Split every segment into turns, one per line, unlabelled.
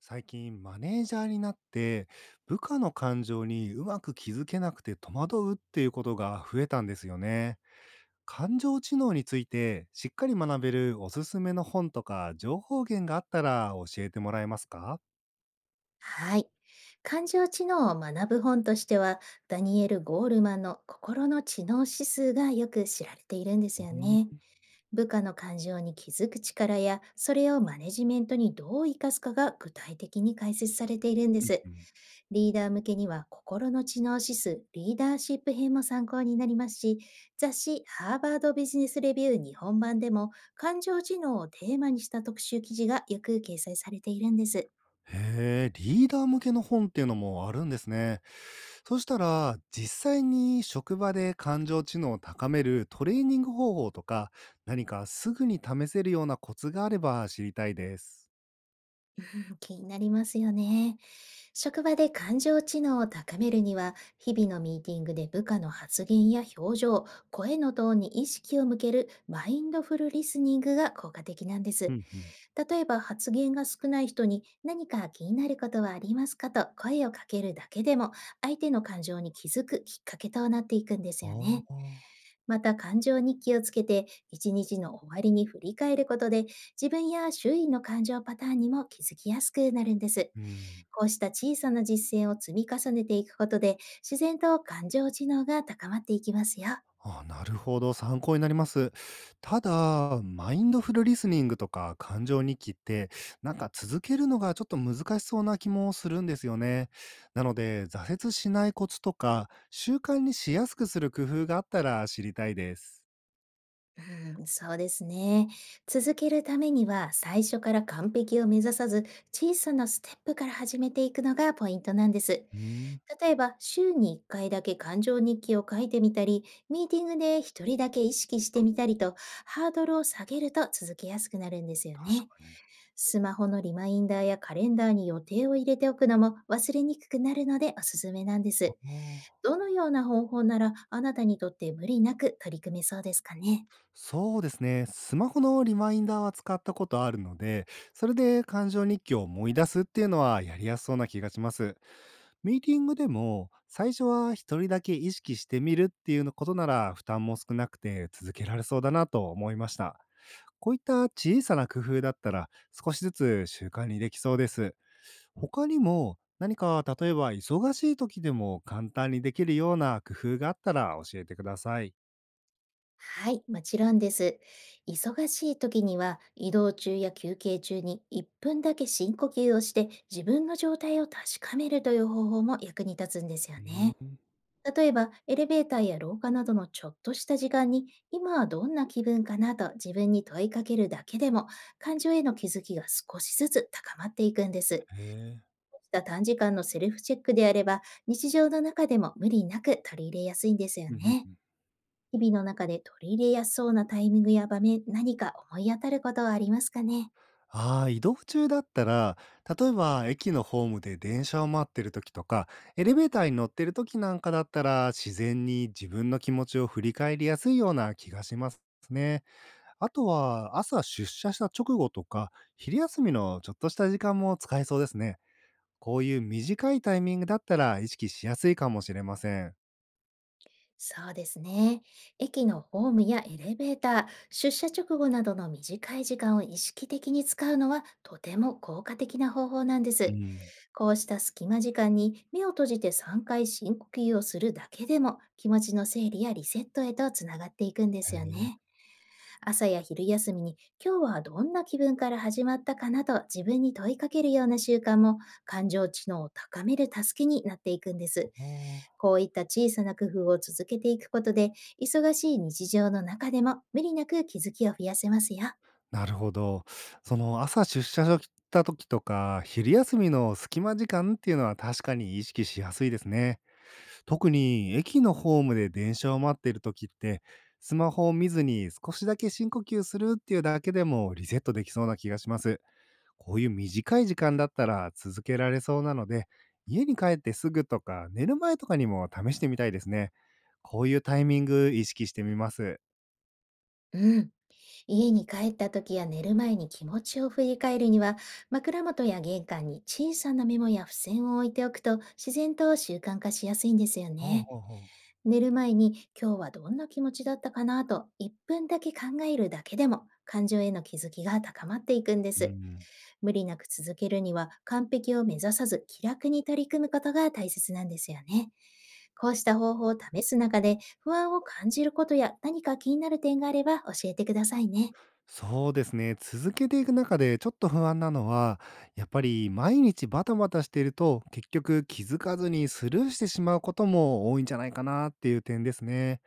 最近マネージャーになって部下の感情にうまく気づけなくて戸惑うっていうことが増えたんですよね。感情知能についてしっかり学べるおすすめの本とか情報源があったら教えてもらえますか？
はい。感情知能を学ぶ本としては、ダニエル・ゴールマンの心の知能指数がよく知られているんで
う
すよ
ん、
ね。部下の感情に気づく力や、それをマネジメントにどう生かすかが具体的に解説されているんで
う
す。
ん。
リーダー向けには心の知能指数、リーダーシップ編も参考になりますし、雑誌ハーバードビジネスレビュー日本版でも感情知能をテーマにした特集記事がよく掲載されているんです。
へえ、リーダー向けの本っていうのもあるんですね。そしたら、実際に職場で感情知能を高めるトレーニング方法とか、何かすぐに試せるようなコツがあれば知りたいです。
気になりますよね。職場で感情知能を高めるには、日々のミーティングで部下の発言や表情、声のトーンに意識を向けるマインドフルリスニングが効果的なんで
う
す。
ん、うん。
例えば発言が少ない人に何か気になることはありますかと声をかけるだけでも、相手の感情に気づくきっかけとなっていくんですよ
あ
ね。
あ、
また感情に気をつけて、一日の終わりに振り返ることで、自分や周囲の感情パターンにも気づきやすくなるんです。
うん。
こうした小さな実践を積み重ねていくことで、自然と感情知能が高まっていきますよ。
ああ、なるほど、参考になります。ただ、マインドフルリスニングとか感情日記って、なんか続けるのがちょっと難しそうな気もするんですよね。なので、挫折しないコツとか、習慣にしやすくする工夫があったら知りたいです。
うん、そうですね。続けるためには最初から完璧を目指さず、小さなステップから始めていくのがポイントなんです。
うん、
例えば週に1回だけ感情日記を書いてみたり、ミーティングで1人だけ意識してみたりと、ハードルを下げると続けやすくなるんですよ
確
ね。
かに。
スマホのリマインダーやカレンダーに予定を入れておくのも忘れにくくなるのでおすすめなんで
あ
す。
あ。
どのような方法ならあなたにとって無理なく取り組めそうですかね？
そうですね。スマホのリマインダーは使ったことあるので、それで感情日記を思い出すっていうのはやりやすそうな気がします。ミーティングでも最初は一人だけ意識してみるっていうことなら負担も少なくて続けられそうだなと思いました。こういった小さな工夫だったら少しずつ習慣にできそうです。他にも何か例えば忙しい時でも簡単にできるような工夫があったら教えてください。
はい、もちろんです。忙しい時には移動中や休憩中に1分だけ深呼吸をして自分の状態を確かめるという方法も役に立つんですよ
うん、
ね。例えばエレベーターや廊下などのちょっとした時間に、今はどんな気分かなと自分に問いかけるだけでも、感情への気づきが少しずつ高まっていくんです。
へえ。
こうした短時間のセルフチェックであれば、日常の中でも無理なく取り入れやすいんですよね。日々の中で取り入れやすそうなタイミングや場面、何か思い当たることはありますかね？
ああ、移動中だったら、例えば駅のホームで電車を待ってる時とか、エレベーターに乗ってる時なんかだったら、自然に自分の気持ちを振り返りやすいような気がしますね。あとは、朝出社した直後とか、昼休みのちょっとした時間も使えそうですね。こういう短いタイミングだったら意識しやすいかもしれません。
そうですね。駅のホームやエレベーター、出社直後などの短い時間を意識的に使うのは、とても効果的な方法なんで
う
す。
ん。
こうした隙間時間に目を閉じて3回深呼吸をするだけでも、気持ちの整理やリセットへとつながっていくんで
へ
すよ
え。
ね。朝や昼休みに、今日はどんな気分から始まったかなと自分に問いかけるような習慣も、感情知能を高める助けになっていくんで
あ
す。
あ。
こういった小さな工夫を続けていくことで、忙しい日常の中でも無理なく気づきを増やせますよ。
なるほど。その朝出社した時とか、昼休みの隙間時間っていうのは確かに意識しやすいですね。特に駅のホームで電車を待っている時って、スマホを見ずに少しだけ深呼吸するっていうだけでもリセットできそうな気がします。こういう短い時間だったら続けられそうなので、家に帰ってすぐとか寝る前とかにも試してみたいですね。こういうタイミング意識してみます。
うん。家に帰った時や寝る前に気持ちを振り返るには、枕元や玄関に小さなメモや付箋を置いておくと、自然と習慣化しやすいんですよ
ほう
ね。
ほうほう。
寝る前に今日はどんな気持ちだったかなと1分だけ考えるだけでも、感情への気づきが高まっていくんで
う
す。
ん。
無理なく続けるには、完璧を目指さず気楽に取り組むことが大切なんですよね。こうした方法を試す中で不安を感じることや、何か気になる点があれば教えてくださいね。
そうですね。続けていく中でちょっと不安なのは、やっぱり毎日バタバタしていると、結局気づかずにスルーしてしまうことも多いんじゃないかなっていう点ですね。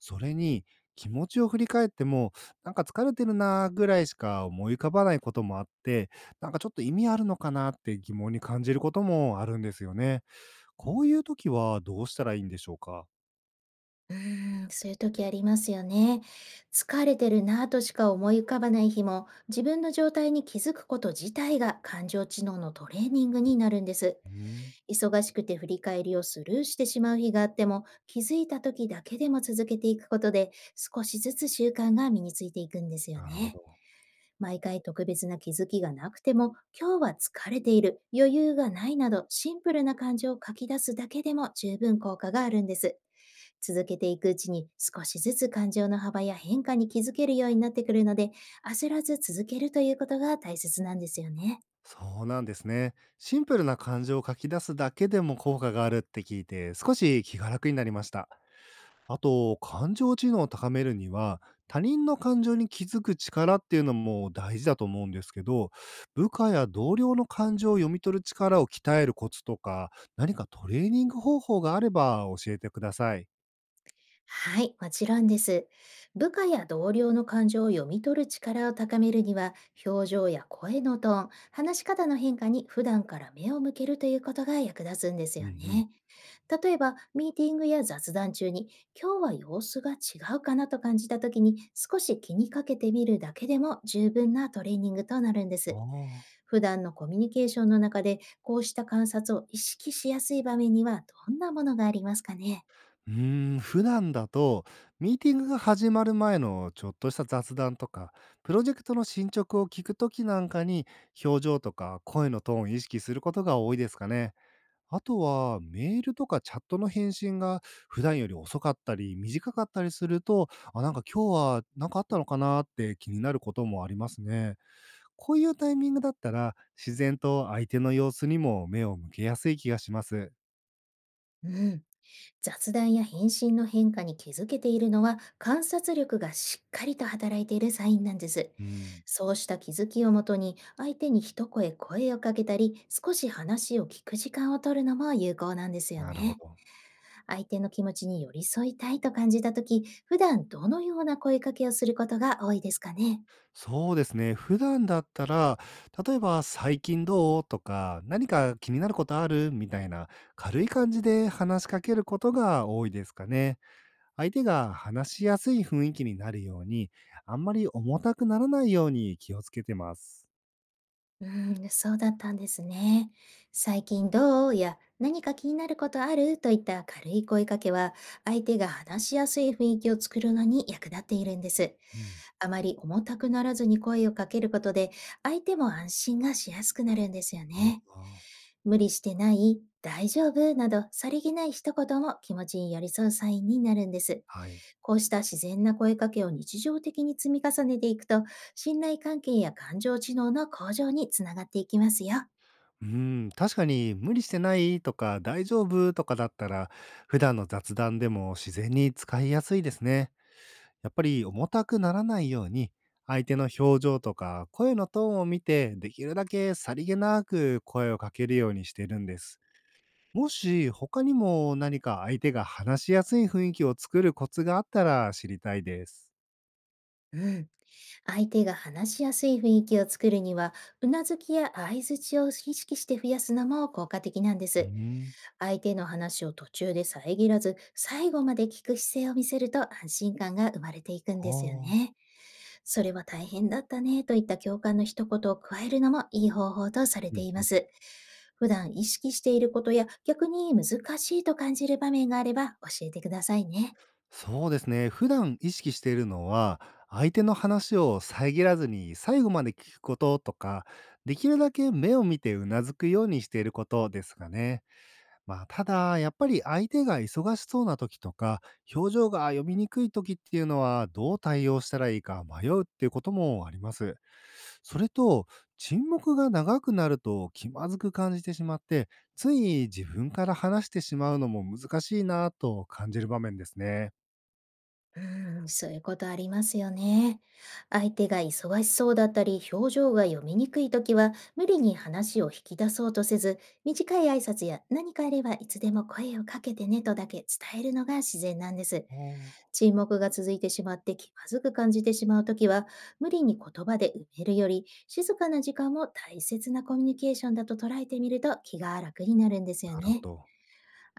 それに、気持ちを振り返っても、なんか疲れてるなぐらいしか思い浮かばないこともあって、なんかちょっと意味あるのかなって疑問に感じることもあるんですよね。こういう時はどうしたらいいんでしょうか？
うーん、そういう時ありますよね。疲れてるなぁとしか思い浮かばない日も、自分の状態に気づくこと自体が感情知能のトレーニングになるんです。
うん、
忙しくて振り返りをスルーしてしまう日があっても、気づいた時だけでも続けていくことで、少しずつ習慣が身についていくんですよ
なるほ
ね。
ど。
毎回特別な気づきがなくても、今日は疲れている、余裕がないなど、シンプルな感情を書き出すだけでも十分効果があるんです。続けていくうちに少しずつ感情の幅や変化に気づけるようになってくるので、焦らず続けるということが大切なんですよね。
そうなんですね。シンプルな感情を書き出すだけでも効果があるって聞いて、少し気が楽になりました。あと、感情知能を高めるには、他人の感情に気づく力っていうのも大事だと思うんですけど、部下や同僚の感情を読み取る力を鍛えるコツとか、何かトレーニング方法があれば教えてください。
はい、もちろんです。部下や同僚の感情を読み取る力を高めるには、表情や声のトーン、話し方の変化に普段から目を向けるということが役立つんです
うんう
よ
ん。
ね。例えば、ミーティングや雑談中に、今日は様子が違うかなと感じた時に、少し気にかけてみるだけでも十分なトレーニングとなるんで
あ
す。
あ。
普段のコミュニケーションの中で、こうした観察を意識しやすい場面にはどんなものがありますかね？
うーん、普段だと、ミーティングが始まる前のちょっとした雑談とか、プロジェクトの進捗を聞くときなんかに、表情とか声のトーンを意識することが多いですかね。あとは、メールとかチャットの返信が普段より遅かったり、短かったりすると、あ、なんか今日は何かあったのかなって気になることもありますね。こういうタイミングだったら、自然と相手の様子にも目を向けやすい気がします。
うん。雑談や返信の変化に気づけているのは、観察力がしっかりと働いているサインなんです。
うん、
そうした気づきをもとに、相手に一声声をかけたり、少し話を聞く時間を取るのも有効なんですよ
なるほ
ね。
ど。
相手の気持ちに寄り添いたいと感じた時、普段どのような声かけをすることが多いですかね？
そうですね。普段だったら、例えば「最近どう？」とか「何か気になることある？」みたいな軽い感じで話しかけることが多いですかね。相手が話しやすい雰囲気になるように、あんまり重たくならないように気をつけてます。
うーん、そうだったんですね。最近どうや、何か気になることあるといった軽い声かけは、相手が話しやすい雰囲気を作るのに役立っているんです。
うん。
あまり重たくならずに声をかけることで、相手も安心がしやすくなるんですよ
あ
ね。
あ、
無理してない、大丈夫など、さりげない一言も気持ちに寄り添うサインになるんです。
はい。
こうした自然な声かけを日常的に積み重ねていくと、信頼関係や感情知能の向上につながっていきますよ。
うん、確かに「無理してない？」とか「大丈夫？」とかだったら、普段の雑談でも自然に使いやすいですね。やっぱり重たくならないように、相手の表情とか声のトーンを見て、できるだけさりげなく声をかけるようにしてるんです。もし他にも何か相手が話しやすい雰囲気を作るコツがあったら知りたいです。
うん。相手が話しやすい雰囲気を作るには、うなずきや相づちを意識して増やすのも効果的なんで
うー
す。
ん。
相手の話を途中で遮らず、最後まで聞く姿勢を見せると安心感が生まれていくん
あ
ですよ
あ。
ね。それは大変だったねといった共感の一言を加えるのもいい方法とされ
う
て
ん
い
う
ま
ん。
す。普段意識していることや、逆に難しいと感じる場面があれば教えてくださいね。
そうですね。普段意識しているのは、相手の話を遮らずに最後まで聞くこととか、できるだけ目を見てうなずくようにしていることですかね。まあ、ただ、やっぱり相手が忙しそうな時とか、表情が読みにくい時っていうのは、どう対応したらいいか迷うっていうこともあります。それと、沈黙が長くなると気まずく感じてしまって、つい自分から話してしまうのも難しいなぁと感じる場面ですね。
うーん、そういうことありますよね。相手が忙しそうだったり、表情が読みにくいときは、無理に話を引き出そうとせず、短い挨拶や、何かあればいつでも声をかけてねとだけ伝えるのが自然なんです。
おー、
沈黙が続いてしまって気まずく感じてしまうときは、無理に言葉で埋めるより、静かな時間も大切なコミュニケーションだと捉えてみると、気が楽になるんですよ
なるほ
ね。
ど。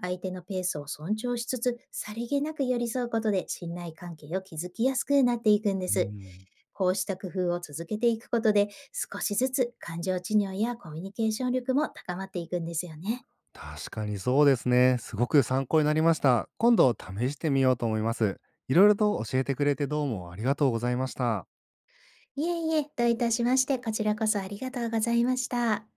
相手のペースを尊重しつつ、さりげなく寄り添うことで、信頼関係を築きやすくなっていくんで
う
す。
ん。
こうした工夫を続けていくことで、少しずつ感情知能やコミュニケーション力も高まっていくんですよね。
確かにそうですね。すごく参考になりました。今度試してみようと思います。いろいろと教えてくれてどうもありがとうございました。
いえいえ、どういたしまして、こちらこそありがとうございました。